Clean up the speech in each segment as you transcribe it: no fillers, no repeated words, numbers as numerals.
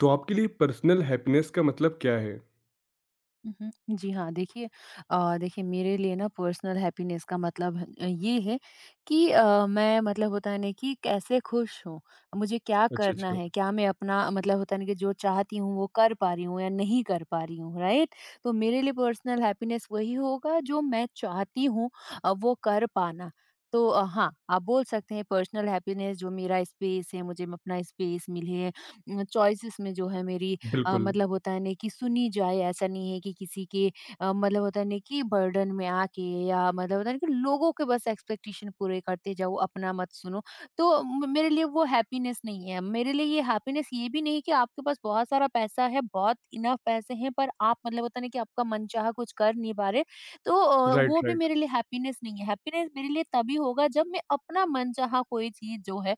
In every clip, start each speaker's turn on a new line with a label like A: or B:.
A: तो आपके लिए पर्सनल हैप्पीनेस का मतलब क्या है?
B: जी हाँ, देखिए। देखिए मेरे लिए ना पर्सनल हैप्पीनेस का मतलब ये है कि मैं मतलब होता है ना कि कैसे खुश हूँ, मुझे क्या
A: अच्छा,
B: करना है,
A: अच्छा।
B: क्या मैं अपना मतलब होता है ना कि जो चाहती हूँ वो कर पा रही हूँ या नहीं कर पा रही हूँ, राइट? तो मेरे लिए पर्सनल हैप्पीनेस वही होगा जो मैं चाहती हूँ, वो कर पाना। तो हाँ, आप बोल सकते हैं पर्सनल हैप्पीनेस जो मेरा स्पेस है, मुझे अपना स्पेस मिले, चॉइसेस में जो है मेरी,
A: बिल्कुल।
B: मतलब होता है ना कि सुनी जाए, ऐसा नहीं है कि किसी के मतलब होता है ना कि बर्डन में आके या मतलब होता है ना कि लोगों के बस एक्सपेक्टेशन पूरे करते जाओ अपना मत सुनो। तो मेरे लिए वो हैप्पीनेस नहीं है। मेरे लिए ये हैप्पीनेस ये भी नहीं कि आपके पास बहुत सारा पैसा है, बहुत इनफ पैसे हैं, पर आप मतलब होता नहीं कि आपका मन चाह कुछ कर नहीं पा रहे। तो वो
A: राइट,
B: भी
A: राइट।
B: मेरे लिए हैप्पीनेस नहीं है। हैप्पीनेस मेरे लिए तभी होगा जब मैं अपना मन चाह कोई चीज जो है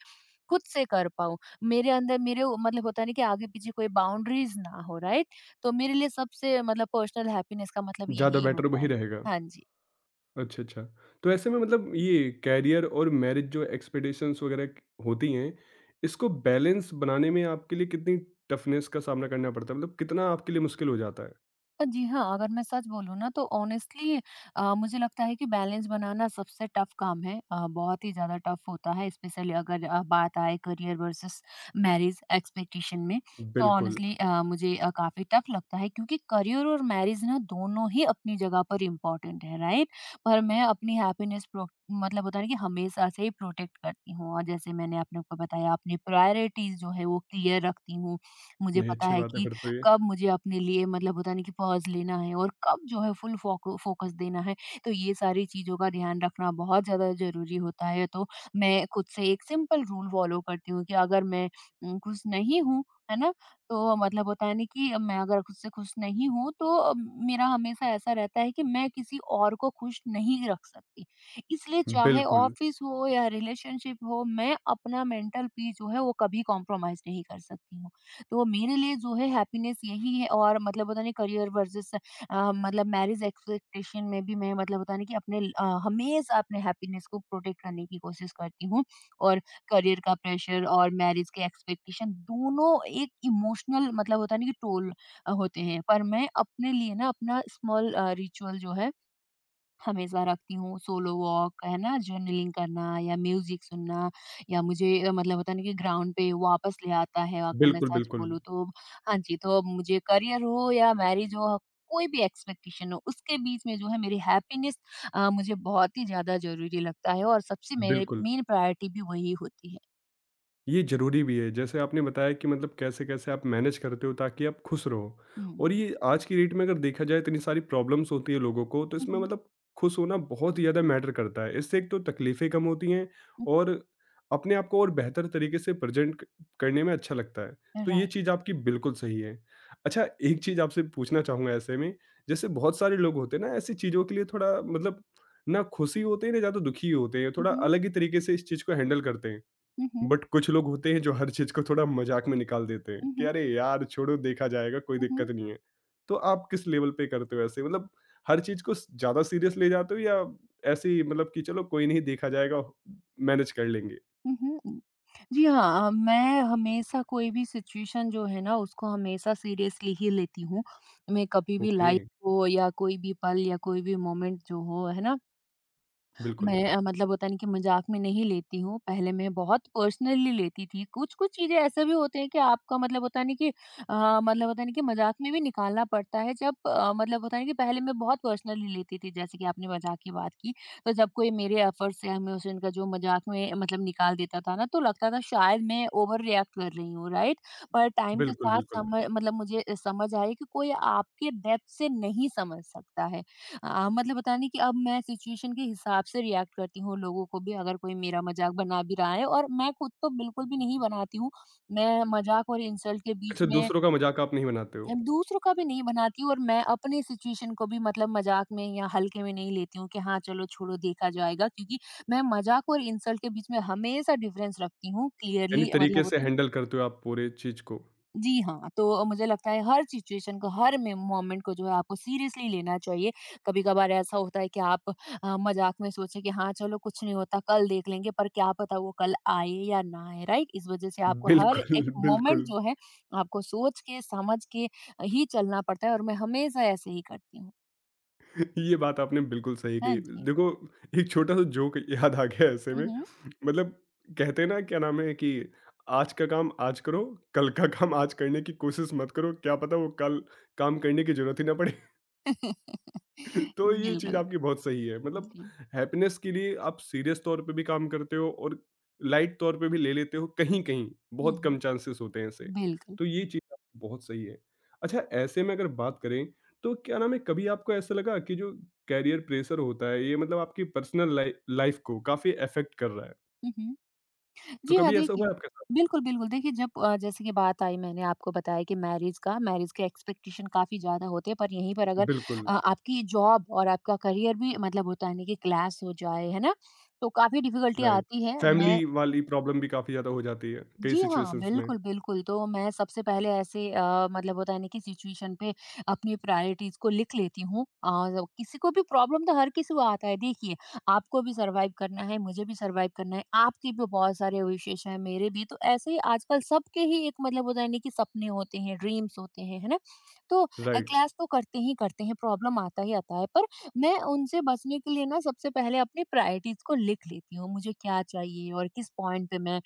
B: खुद से कर पाऊं। मेरे अंदर मेरे उ मतलब होता है ना कि आगे-पीछे कोई बाउंड्रीज़ ना हो, राइट? तो मेरे लिए सबसे मतलब पर्सनल हैप्पीनेस का मतलब
A: ज़्यादा
B: यही
A: बेटर
B: होता
A: वही
B: है।
A: रहेगा।
B: हाँ जी।
A: अच्छा, अच्छा। तो ऐसे में ये करियर और मैरिज जो एक्सपेक्टेशंस वगैरह क होती हैं, इसको बैलेंस बनाने में आपके लिए कितनी टफ़नेस का सामना करना पड़ता है? मतलब कितना आपके लिए मुश्किल हो जाता है?
B: जी हाँ, अगर मैं सच बोलूँ ना तो ऑनेस्टली मुझे लगता है कि बैलेंस बनाना सबसे टफ काम है। बहुत ही ज़्यादा टफ होता है, स्पेशली अगर बात आए करियर वर्सेस मैरिज एक्सपेक्टेशन में। तो
A: बिल्कुल।
B: ऑनेस्टली मुझे काफ़ी टफ लगता है, क्योंकि करियर और मैरिज ना दोनों ही अपनी जगह पर इम्पोर्टेंट है, राइट? पर मैं अपनी हैप्पीनेस प्रो मतलब होता है ना कि हमेशा से ही प्रोटेक्ट करती हूँ, और जैसे मैंने अपने को बताया अपनी प्रायोरिटीज़ जो है वो क्लियर रखती हूँ। मुझे
A: नहीं,
B: पता
A: अच्छी
B: है
A: बात है
B: कि
A: फिर तो ये।
B: कब मुझे अपने लिए मतलब होता नहीं कि पॉज़ लेना है और कब जो है फुल फ़ोको फ़ोकस देना है। तो ये सारी चीज़ों का ध्यान रखना बहुत ज़्यादा ज़रूरी होता है। तो मैं खुद से एक सिंपल रूल फ़ॉलो करती हूँ कि अगर मैं खुश नहीं हूँ, है ना? तो मतलब होता है ना कि मैं अगर खुद से खुश नहीं हूँ, तो मेरा हमेशा ऐसा रहता है कि मैं किसी और को खुश नहीं रख सकती। इसलिए चाहे
A: बिल्कुल।
B: ऑफ़िस हो या रिलेशनशिप हो, मैं अपना मेंटल पीस जो है वो कभी कॉम्प्रोमाइज़ नहीं कर सकती हूँ। तो मेरे लिए जो है हैप्पीनेस यही है, और मतलब पता नहीं करियर वर्सेस मतलब मैरिज एक्सपेक्टेशन में भी मैं मतलब पता नहीं कि अपने हमेशा अपने हैप्पीनेस को प्रोटेक्ट करने की कोशिश करती हूँ। और करियर का प्रेशर और मैरिज के एक्सपेक्टेशन दोनों एक इमोशनल मतलब होता नहीं कि टोल होते हैं, पर मैं अपने लिए ना अपना स्मॉल रिचुअल जो है हमेशा रखती हूँ। सोलो वॉक है ना, जर्नलिंग करना या म्यूज़िक सुनना, या मुझे मतलब होता है ना कि ग्राउंड पे वापस ले आता है, अगर मैं
A: बिल्कुल,
B: सच
A: बिल्कुल।
B: बोलूँ तो। हाँ जी, तो अब मुझे करियर हो या मैरिज हो, कोई भी एक्सपेक्टेशन हो, उसके बीच में जो है मेरी हैप्पीनेस मुझे बहुत ही ज़्यादा ज़रूरी लगता है, और सबसे मेरे
A: बिल्कुल।
B: मेन प्रायोरिटी भी वही होती है।
A: ये ज़रूरी भी है। जैसे आपने बताया कि मतलब कैसे-कैसे आप मैनेज करते हो ताकि आप खुश रहो।
B: हुँ।
A: और ये आज की डेट में अगर देखा जाए इतनी सारी प्रॉब्लम्स होती है लोगों को तो
B: हुँ,
A: इसमें
B: हुँ।
A: खुश होना बहुत ही ज़्यादा मैटर करता है। इससे एक तो तकलीफ़ें कम होती हैं
B: हुँ,
A: और अपने आप को और बेहतर तरीके से प्रेज़ेंट क करने में अच्छा लगता है। तो ये
B: राइट।
A: चीज़ आपकी बिल्कुल सही है। अच्छा, एक चीज़ आपसे पूछना चाहूँगा ऐसे में, जैसे बहुत सारे लोग होते हैं ना ऐसी चीज़ों के लिए थोड़ा ना खुशी होते हैं ना ज़्यादा दुखी होते हैं।
B: हुँ,
A: थोड़ा
B: हुँ।
A: अलग ही तरीके से इस चीज़ को हैंडल करते हैं।
B: हुँ, हुँ।
A: बट कुछ लोग होते हैं जो हर चीज़ को थोड़ा मज़ाक में निकाल देते हैं कि
B: हुँ,
A: अरे यार! छोड़ो देखा जाएगा, कोई
B: हुँ।
A: दिक्कत नहीं है। तो आप किस लेवल पे करते हो ऐसे? मतलब हर चीज़ को स ज़्यादा सीरियस ले जाते हो या ऐसे ही मतलब कि चलो कोई नहीं देखा जाएगा, मैनेज कर लेंगे?
B: हुँ, हुँ। जी हाँ, मैं हमेशा कोई भी सिचुएशन जो है ना उसको हमेशा सीरियसली ही लेती हूँ। मैं कभी भी
A: ओके।
B: लाइफ को या कोई भी पल या कोई भी मोमेंट जो हो, है ना?
A: बिल्कुल।
B: मैं मतलब होता है ना कि मज़ाक में नहीं लेती हूँ, पहले मैं बहुत पर्सनली लेती थी। कुछ-कुछ चीज़ें ऐसे भी होते हैं कि आपका मतलब होता है ना कि मतलब होता है ना कि मज़ाक में भी निकालना पड़ता है जब मतलब होता है ना कि पहले मैं बहुत पर्सनली लेती थी, जैसे कि आपने मज़ाक की बात की। तो जब कोई मेरे एफर्ट्स या इमोशन का जो मज़ाक में मतलब निकाल देता था ना, तो लगता था शायद मैं ओवर रिएक्ट कर रही हूँ, राइट? पर टाइम के
A: बिल्कुल,
B: साथ
A: बिल्कुल।
B: सम मतलब मुझे समझ आई कि कोई आपके डेप्थ से नहीं समझ सकता है। मतलब पता नहीं कि अब मैं सिचुएशन के हिसाब से रिएक्ट करती हूँ, लोगों को भी अगर कोई मेरा मज़ाक बना भी रहा है, और मैं खुद तो बिल्कुल भी नहीं बनाती हूँ। मैं मज़ाक और इंसल्ट के बीच
A: अच्छा,
B: में
A: दूसरों का मज़ाक आप नहीं बनाते हो?
B: दूसरों का भी नहीं बनाती हूँ और मैं अपने सिचुएशन को भी मतलब मज़ाक में या हल्के में नहीं लेती हूँ कि हाँ, चलो छोड़ो देखा जाएगा, क्योंकि मैं मज़ाक और इंसल्ट के बीच में हमेशा डिफ़रेंस रखती हूँ
A: यानी
B: क्लियरली मतलब
A: तरीके से
B: होता है ना।
A: हैंडल करते हो आप पूरे चीज़ को?
B: जी हाँ, तो मुझे लगता है हर सिचुएशन को, हर में मोमेंट को जो है आपको सीरियसली लेना चाहिए। कभी-कभार ऐसा होता है कि आप मज़ाक में सोचे कि हाँ, चलो कुछ नहीं होता, कल देख लेंगे, पर क्या पता वो कल आए या ना आए, राइट? इस वज़ह से आपको हर एक
A: बिल्कुल,
B: मोमेंट
A: बिल्कुल।
B: जो है, आपको सोच के, समझ के ही चलना पड़ता है, और मैं हमेशा ऐसे ही करती हूँ।
A: ये बात आपने बिल्कुल सही
B: हाँ
A: कही।
B: जी।
A: देखो, एक छोटा-सा जोक याद आ गया ऐसे
B: हुँ,
A: में।
B: हुँ।
A: मतलब कहते हैं ना, क्या नाम है कि आज का काम आज करो, कल का काम आज करने की कोशिश मत करो। क्या पता वो कल काम करने की ज़रूरत ही ना पड़े। तो ये चीज़
B: बिल्कुल,
A: आपकी बहुत सही है मतलब
B: जी।
A: हैप्पीनेस के लिए आप सीरियस तौर पे भी काम करते हो और लाइट तौर पे भी ले लेते हो कहीं-कहीं
B: हुँ,
A: बहुत
B: हुँ।
A: कम चांसेस होते हैं ऐसे।
B: बिल्कुल।
A: तो ये चीज़ आपकी बहुत सही है। अच्छा ऐसे में अगर बात करें तो क्या नाम है कभी आपको ऐसा लगा कि जो करियर प्रेशर होता है ये मतलब आपकी पर्सनल लाइफ को काफ़ी अफेक्ट कर रहा है?
B: हुँ, हुँ।
A: तो
B: जी हाँ,
A: कभी ऐसा हुआ
B: देखिए।
A: है आपके साथ?
B: बिल्कुल, बिल्कुल। देखिए जब जैसे कि बात आई मैंने आपको बताया कि मैरिज का मैरिज के एक्सपेक्टेशन काफ़ी ज़्यादा होते हैं, पर यहीं पर अगर
A: बिल्कुल,
B: आपकी जॉब और आपका करियर भी मतलब होता है ना कि क्लैश हो जाए, है ना? तो काफ़ी डिफ़िकल्टी
A: राइट।
B: आती है। मैं
A: फैमिली वाली प्रॉब्लम भी काफ़ी ज़्यादा हो जाती है कई
B: जी हाँ,
A: सिचुएशंस में।
B: बिल्कुल, बिल्कुल। तो मैं सबसे पहले ऐसे मतलब होता है ना कि सिचुएशन पे अपनी प्रायोरिटीज़ को लिख लेती हूँ, और किसी को भी प्रॉब्लम तो हर किसी को आता है। देखिए, आपको भी सर्वाइव करना है, मुझे भी सर्वाइव करना है, आपके भी बहुत सारे विशेष हैं, मेरे भी। तो ऐसे ही आजकल सबके ही एक मतलब होता है ना कि सपने होते हैं, ड्रीम्स होते हैं, है ना? तो
A: राइट,
B: क्लैश तो करते ही करते हैं, प्रॉब्लम आता ही आता है। पर मैं उनसे बचने के लिए ना सबसे पहले अपनी प्रायोरिटीज़ को लिख लेती हूँ। मुझे क्या चाहिए और किस पॉइंट पे मैं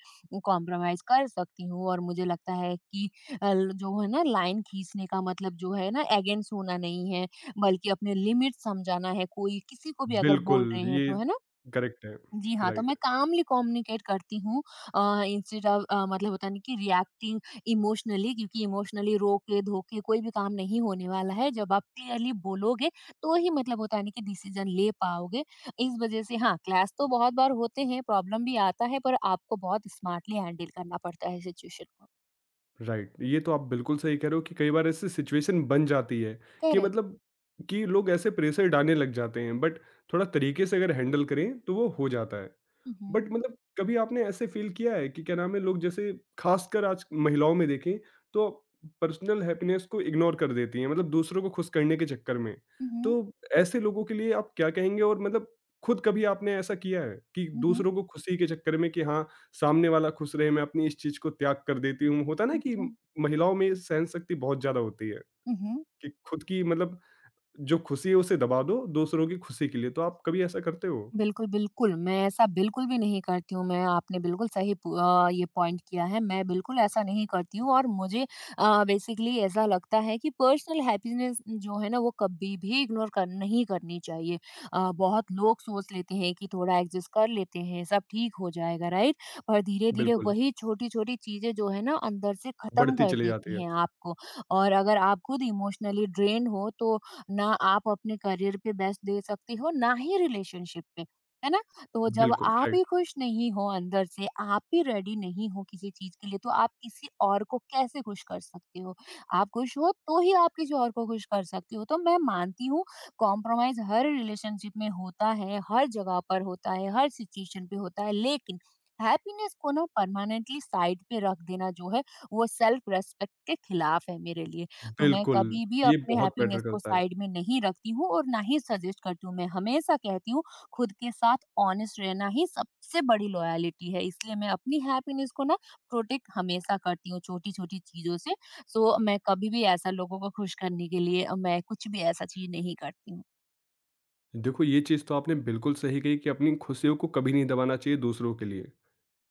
B: कॉम्प्रोमाइज़ कर सकती हूँ, और मुझे लगता है कि अ, ल जो है ना लाइन खींचने का मतलब जो है ना अगेंस्ट होना नहीं है, बल्कि अपने लिमिट समझाना है, कोई किसी को भी अगर
A: बिल्कुल
B: बोल रहे हैं
A: ये
B: तो, है ना?
A: करेक्ट है।
B: जी हाँ, तो
A: राइट।
B: मैं कामली कम्युनिकेट करती हूँ इंस्टेड ऑफ मतलब होता है ना कि रिएक्टिंग इमोशनली, क्योंकि इमोशनली रोके-धोके कोई भी काम नहीं होने वाला है। जब आप क्लियरली बोलोगे, तो ही मतलब होता है ना कि डिसीज़न ले पाओगे। इस वज़ह से हाँ, क्लैश तो बहुत बार होते हैं, प्रॉब्लम भी आता है, पर आपको बहुत स्मार्टली हैंडल करना पड़ता है सिचुएशन को।
A: राइट, ये तो आप बिल्कुल सही कह रहे हो कि कई बार ऐसी सिचुएशन बन जाती है कि
B: करेक्ट।
A: मतलब कि लोग ऐसे प्रेशर डालने लग जाते हैं बट थोड़ा तरीके से अगर हैंडल करें तो वो हो जाता है
B: हुँ, हुँ।
A: बट मतलब कभी आपने ऐसे फील किया है कि क्या नाम है लोग जैसे खासकर आज महिलाओं में देखें तो पर्सनल हैप्पीनेस को इग्नोर कर देती हैं मतलब दूसरों को खुश करने के चक्कर में
B: हुँ,
A: तो
B: हुँ।
A: ऐसे लोगों के लिए आप क्या कहेंगे और मतलब खुद कभी आपने ऐसा किया है कि
B: हुँ, हुँ।
A: दूसरों को खुशी के चक्कर में कि हाँ, सामने वाला खुश रहे मैं अपनी इस चीज को त्याग कर देती हूँ होता ना
B: हुँ,
A: कि
B: हुँ।
A: महिलाओं में सहन शक्ति बहुत ज्यादा होती है
B: हुँ, हुँ।
A: कि खुद की मतलब जो खुशी है उसे दबा दो दूसरों की खुशी के लिए तो आप कभी ऐसा करते हो।
B: बिल्कुल, बिल्कुल, मैं ऐसा बिल्कुल भी नहीं करती हूँ। मैं आपने बिल्कुल सही पु अ, ये पॉइंट किया है। मैं बिल्कुल ऐसा नहीं करती हूँ, और मुझे बेसिकली ऐसा लगता है कि पर्सनल हैप्पीनेस जो है ना, वो कभी भी इग्नोर कर नहीं करनी चाहिए। बहुत लोग सोच लेते हैं कि थोड़ा एडजस्ट कर लेते हैं, सब ठीक हो जाएगा, राइट? पर धीरे-धीरे
A: बिल्कुल,
B: वही छोटी-छोटी चीज़ें जो है ना, अंदर से ख़त्म
A: बढ़ती
B: कर
A: चली जाती
B: देती
A: है।
B: हैं आपको, और अगर आप खुद इमोशनली ड्रेन्ड हो, तो ना आप अपने करियर पे बेस्ट दे सकते हो, ना ही रिलेशनशिप पे। है ना? तो जब
A: बिल्कुल,
B: आप
A: राइट।
B: ही खुश नहीं हो अंदर से, आप ही रेडी नहीं हो किसी चीज़ के लिए, तो आप किसी और को कैसे खुश कर सकते हो? आप खुश हो तो ही आप किसी और को खुश कर सकते हो। तो मैं मानती हूँ कॉम्प्रोमाइज़ हर रिलेशनशिप में होता है, हर जगह पर होता है, हर सिचुएशन पे होता है, लेकिन हैप्पीनेस को ना परमानेंटली साइड पे रख देना जो है, वो सेल्फ रिस्पेक्ट के खिलाफ है मेरे लिए। तो मैं
A: बिल्कुल,
B: कभी भी
A: ये
B: अपने
A: बहुत मैटर
B: हैप्पीनेस को
A: करता है।
B: साइड में नहीं रखती हूँ और ना ही सजेस्ट करती हूँ। मैं हमेशा कहती हूँ खुद के साथ ऑनेस्ट रहना ही सबसे बड़ी लॉयलिटी है, इसलिए मैं अपनी हैप्पीनेस को ना प्रोटेक्ट हमेशा करती हूँ छोटी छोटी चीजों से। सो मैं कभी भी ऐसा लोगों को खुश करने के लिए मैं कुछ भी ऐसा चीज नहीं करती हूँ।
A: देखो, ये चीज़ तो आपने बिल्कुल सही कही कि अपनी खुशियों को कभी नहीं दबाना चाहिए दूसरों के लिए,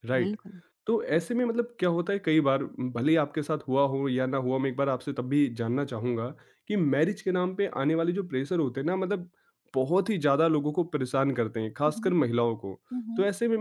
A: राइट।
B: बिल्कुल।
A: तो ऐसे में मतलब क्या होता है कई बार भले ही आपके साथ हुआ हो या ना हुआ मैं एक बार आपसे तब भी जानना चाहूँगा कि मैरिज के नाम पे आने वाले जो प्रेशर होते हैं ना मतलब बहुत ही ज़्यादा लोगों को परेशान करते हैं,
B: हम्म।
A: खासकर महिलाओं को। तो
B: हम्म।
A: ऐसे में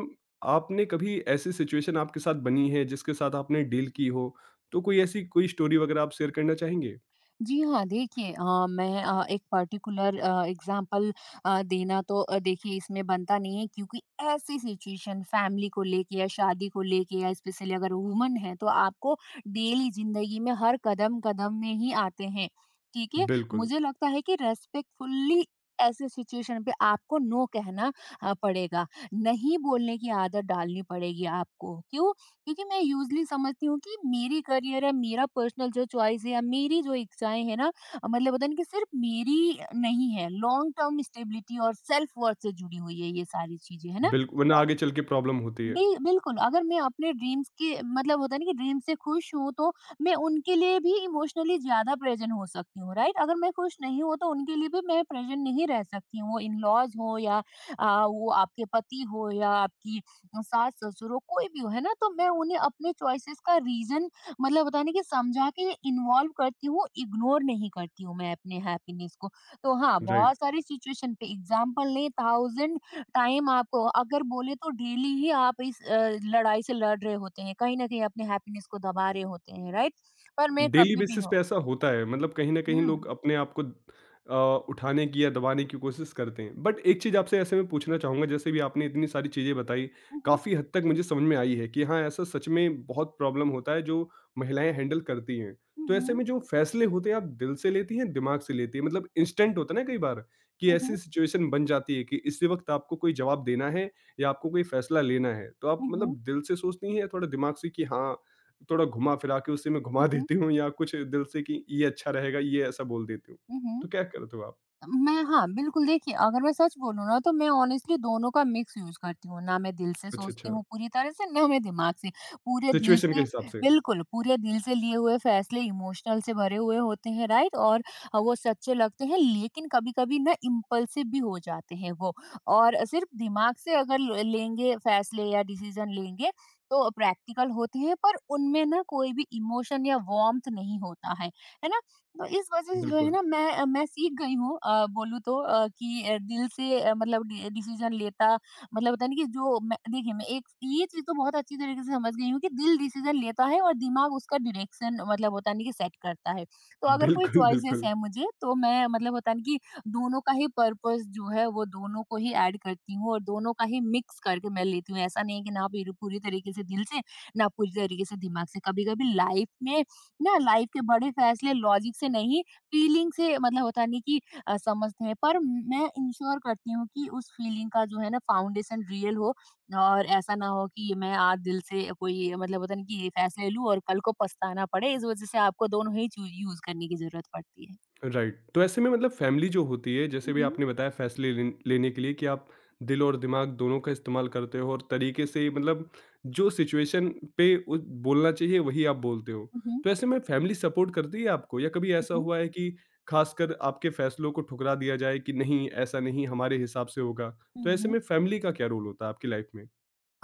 A: आपने कभी ऐसी सिचुएशन आपके साथ बनी है जिसके साथ आपने डील की हो? तो कोई ऐसी कोई स्टोरी वगैरह आप शेयर करना चाहेंगे?
B: जी हाँ, देखिए मैं एक पर्टिकुलर एग्ज़ाम्पल देना तो देखिए इसमें बनता नहीं है, क्योंकि ऐसी सिचुएशन फैमिली को लेके या शादी को लेके या स्पेशली अगर वुमन है तो आपको डेली ज़िंदगी में हर कदम-कदम में ही आते हैं, ठीक है?
A: बिल्कुल।
B: मुझे लगता है कि रेस्पेक्टफुली ऐसे सिचुएशन पे आपको नो कहना पड़ेगा, नहीं बोलने की आदत डालनी पड़ेगी आपको, क्यों? क्योंकि मैं यूजली समझती हूँ कि मेरी करियर है, मेरा पर्सनल जो चॉइस है या मेरी जो इच्छाएं हैं ना, मतलब होता है ना कि सिर्फ मेरी नहीं है, लॉन्ग टर्म स्टेबिलिटी और सेल्फ वर्थ से जुड़ी हुई है ये सारी चीजें, है ना?
A: बिल्कु वरना
B: तो
A: आगे चल के प्रॉब्लम होती है।
B: बिल्कुल, अगर मैं अपने ड्रीम्स के मतलब होता है ना कि ड्रीम से खुश हूँ, तो मैं उनके लिए भी इमोशनली ज़्यादा प्रेज़ेंट हो सकती हूँ, राइट? अगर मैं खुश नहीं हूँ, तो उनके लिए भी मैं प्रेज़ेंट नहीं रह सकती हूँ, वो इन-लॉज़ हो या वो आपके पति हो या आपकी सास-ससुर हो, कोई भी हो, है ना? तो मैं उन्हें अपने चॉइसेस का रीज़न मतलब होता है ना कि समझा के इन्वॉल्व करती हूँ, इग्नोर नहीं करती हूँ मैं अपने हैप्पीनेस को। तो हाँ,
A: राइट।
B: बहुत सारी सिचुएशन पे एग्ज़ाम्पल लें, थाउज़ेंड टाइम आपको अगर बोले तो डेली ही आप इस लड़ाई से लड़ रहे होते हैं, कहीं न कहीं अपने हैप्पीनेस को दबा रहे होते हैं, राइट? पर मैं
A: डेली
B: कभी भी
A: बेसिस
B: हूँ।
A: पे ऐसा होता है मतलब कहीं न कहीं लोग
B: हुँ।
A: अपने आप को उठाने की या दबाने की कोशिश करते हैं। बट एक चीज़ आपसे ऐसे मैं पूछना चाहूँगा जैसे भी आपने इतनी सारी चीज़ें बताई,
B: हुँ, हुँ।
A: काफ़ी हद तक मुझे समझ में आई है कि हाँ, ऐसा सच में बहुत प्रॉब्लम होता है जो महिलाएँ हैंडल करती हैं।
B: हुँ,
A: तो ऐसे
B: हुँ।
A: में जो फैसले होते हैं आप दिल से लेती हैं, दिमाग से लेती हैं? मतलब इंस्टेंट होता है ना कई बार कि
B: हुँ,
A: ऐसी
B: हुँ।
A: सिचुएशन बन जाती है कि इसी वक़्त आपको कोई जवाब देना है या आपको कोई फैसला लेना है। तो आप
B: हुँ, हुँ।
A: मतलब दिल से सोचती हैं या थोड़ा दिमाग से कि हाँ थोड़ा घुमा-फिरा के उसी में घुमा देती हूँ या कुछ दिल से कि ये अच्छा रहेगा, ये ऐसा बोल देती हूँ।
B: हुँ, हुँ।
A: तो क्या करते हो आप?
B: मैं हाँ, बिल्कुल देखिए, अगर मैं सच बोलूँ ना तो मैं ऑनेस्टली दोनों का मिक्स यूज़ करती हूँ। ना मैं दिल से
A: अच्छा,
B: सोचती
A: अच्छा,
B: हूँ पूरी तरह से, ना मैं दिमाग से। पूरे दिल
A: सिचुएशन के
B: से
A: हिसाब से।
B: बिल्कुल, पूरे दिल से लिए हुए फैसले इमोशनल से भरे हुए होते हैं, राइट? और वो सच्चे लगते हैं लेकिन कभी-कभी ना इम्पल्सिव भी हो जाते हैं वो। और सिर्फ दिमाग से अगर ल लेंगे फैसले या डिसीज़न लेंगे तो प्रैक्टिकल होते हैं पर उनमें ना कोई भी इमोशन या वार्म्थ नहीं होता है ना? तो इस वजह से जो है
A: बिल्कुल।
B: ना मैं सीख गई हूँ, बोलूँ तो कि दिल से, मतलब डि डिसीज़न लेता। मतलब होता है ना कि जो मैं देखिए मैं एक ये चीज़ तो बहुत अच्छी तरीके से समझ गई हूँ कि दिल डिसीज़न लेता है और दिमाग उसका डायरेक्शन मतलब होता है ना कि सेट करता है। तो अगर कोई
A: बिल्कुल,
B: चॉइसेस
A: बिल्कुल।
B: है मुझे तो मैं मतलब होता है ना कि दोनों का ही पर्पस जो है वो दोनों को ही ऐड करती हूँ और दोनों का ही मिक्स करके मैं लेती हूँ। ऐसा नहीं है कि ना पूरी पूरी तरीके से दिल से, ना पूरी तरीके से दिमाग से। कभी-कभी लाइफ में ना लाइफ के बड़े फैसले लॉजिक से नहीं, फीलिंग से मतलब होता नहीं कि समझते हैं, पर मैं इंश्योर करती हूँ कि उस फीलिंग का जो है ना फाउंडेशन रियल हो और ऐसा ना हो कि मैं आज दिल से कोई मतलब होता नहीं कि ये फैसले लूँ और कल को पछताना पड़े। इस वजह से आपको दोनों ही चूज यूज करने की जरूरत पड़ती है।
A: राइट, तो ऐसे में मतलब फैमिली जो होती है जैसे भी
B: हम्म।
A: आपने बताया फैसले लेने के लिए कि आप दिल और दिमाग दोनों का इस्तेमाल करते हो और तरीके से मतलब जो सिचुएशन पे बोलना चाहिए वही आप बोलते हो
B: हम्म।
A: तो ऐसे में फैमिली सपोर्ट करती है आपको या कभी ऐसा
B: हम्म।
A: हुआ है कि खासकर आपके फैसलों को ठुकरा दिया जाए कि नहीं ऐसा नहीं हमारे हिसाब से होगा तो ऐसे
B: हम्म।
A: में फैमिली का क्या रोल होता है आपकी लाइफ में।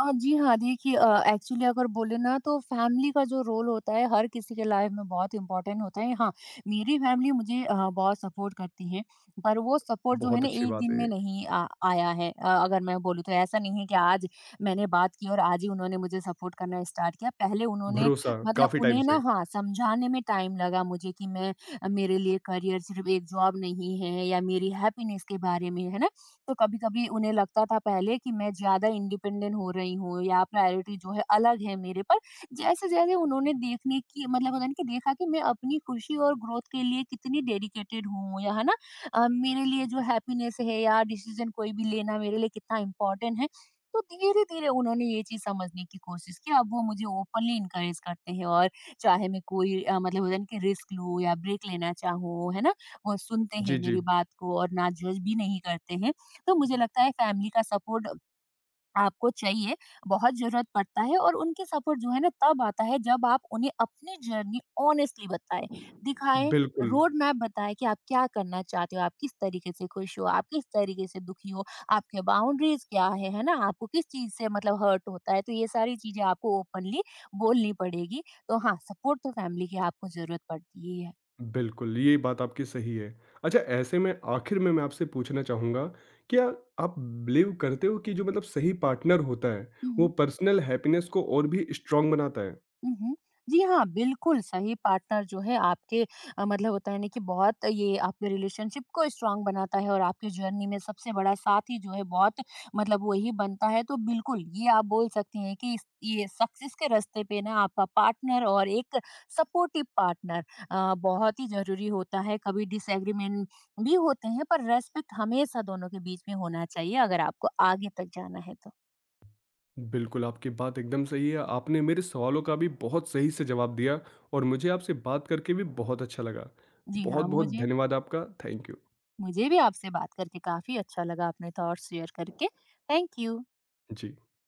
B: जी हाँ, देखिए एक्चुअली अगर बोले ना तो फैमिली का जो रोल होता है हर किसी के लाइफ में बहुत इम्पोर्टेंट होता है। हाँ, मेरी फैमिली मुझे बहुत सपोर्ट करती है, पर वो सपोर्ट जो है
A: बहुत
B: ना
A: अच्छी
B: एक दिन
A: बात है।
B: में नहीं आ आया है। अगर मैं बोलूँ तो ऐसा नहीं है कि आज मैंने बात की और आज ही उन्होंने मुझे सपोर्ट करना स्टार्ट किया। पहले उन्होंने
A: भरोसा
B: मतलब
A: काफी टाइम
B: उन्हें ना
A: से।
B: हाँ, समझाने में टाइम लगा मुझे कि मैं, मेरे लिए करियर सिर्फ़ एक जॉब नहीं है या मेरी हैप्पीनेस के बारे में है ना? तो कभी-कभी उन्हें लगता था पहले कि मैं ज़्यादा इंडिपेंडेंट हो रही हूँ या प्रायोरिटी जो है अलग है मेरे पर। जैसे-जैसे उन्होंने देखने की मतलब होता है ना कि देखा कि मैं अपनी खुशी और ग्रोथ के लिए कितनी डेडिकेटेड हूँ या है ना, मेरे लिए जो हैप्पीनेस है या डिसीज़न कोई भी लेना मेरे लिए कितना इम्पोर्टेंट है। तो धीरे-धीरे उन्होंने ये चीज़ समझने की कोशिश की। अब वो मुझे ओपनली एनकरेज करते हैं और चाहे मैं कोई मतलब होता है ना कि रिस्क लूँ या ब्रेक लेना चाहूँ, है ना? वो सुनते हैं
A: जी, जी।
B: मेरी बात को और ना जज भी नहीं करते हैं। तो मुझे लगता है फैमिली का सपोर्ट आपको चाहिए, बहुत ज़रूरत पड़ता है और उनके सपोर्ट जो है ना तब आता है जब आप उन्हें अपनी जर्नी ऑनेस्टली बताएँ, दिखाएँ,
A: बिल्कुल।
B: रोड मैप बताएँ कि आप क्या करना चाहते हो, आप किस तरीके से खुश हो, आप किस तरीके से दुखी हो, आपके बाउंड्रीज़ क्या है ना? आपको किस चीज़ से मतलब हर्ट होता है, तो ये सारी चीज़ें आपको ओपनली बोलनी पड़ेगी। तो हाँ, सपोर्ट तो फैमिली की आपको ज़रूरत पड़ती ही है।
A: बिल्कुल, ये बात आपकी सही है। अच्छा ऐसे में आखिर में मैं आपसे पूछना चाहूँगा, क्या आप बिलीव करते हो कि जो मतलब सही पार्टनर होता है,
B: हुँ,
A: वो
B: हुँ।
A: पर्सनल हैप्पीनेस को और भी स्ट्रॉन्ग बनाता है?
B: उहुँ। जी हाँ, बिल्कुल सही पार्टनर जो है आपके मतलब होता है ना कि बहुत ये आपके रिलेशनशिप को स्ट्रॉन्ग बनाता है और आपकी जर्नी में सबसे बड़ा साथी जो है बहुत मतलब वही बनता है। तो बिल्कुल ये आप बोल सकती हैं कि इस ये सक्सेस के रास्ते पे ना आपका पार्टनर और एक सपोर्टिव पार्टनर बहुत ही ज़रूरी होता है। कभी डिसएग्रीमेंट भी होते हैं पर रिस्पेक्ट हमेशा दोनों के बीच में होना चाहिए अगर आपको आगे तक जाना है तो।
A: बिल्कुल, आपकी बात एकदम सही है। आपने मेरे सवालों का भी बहुत सही से जवाब दिया और मुझे आपसे बात करके भी बहुत अच्छा लगा।
B: जी हाँ,
A: बहुत-बहुत
B: मुझे
A: धन्यवाद आपका। Thank you.
B: मुझे भी आपसे बात करके काफी अच्छा लगा अपने थॉट्स शेयर करके। Thank you.
A: जी।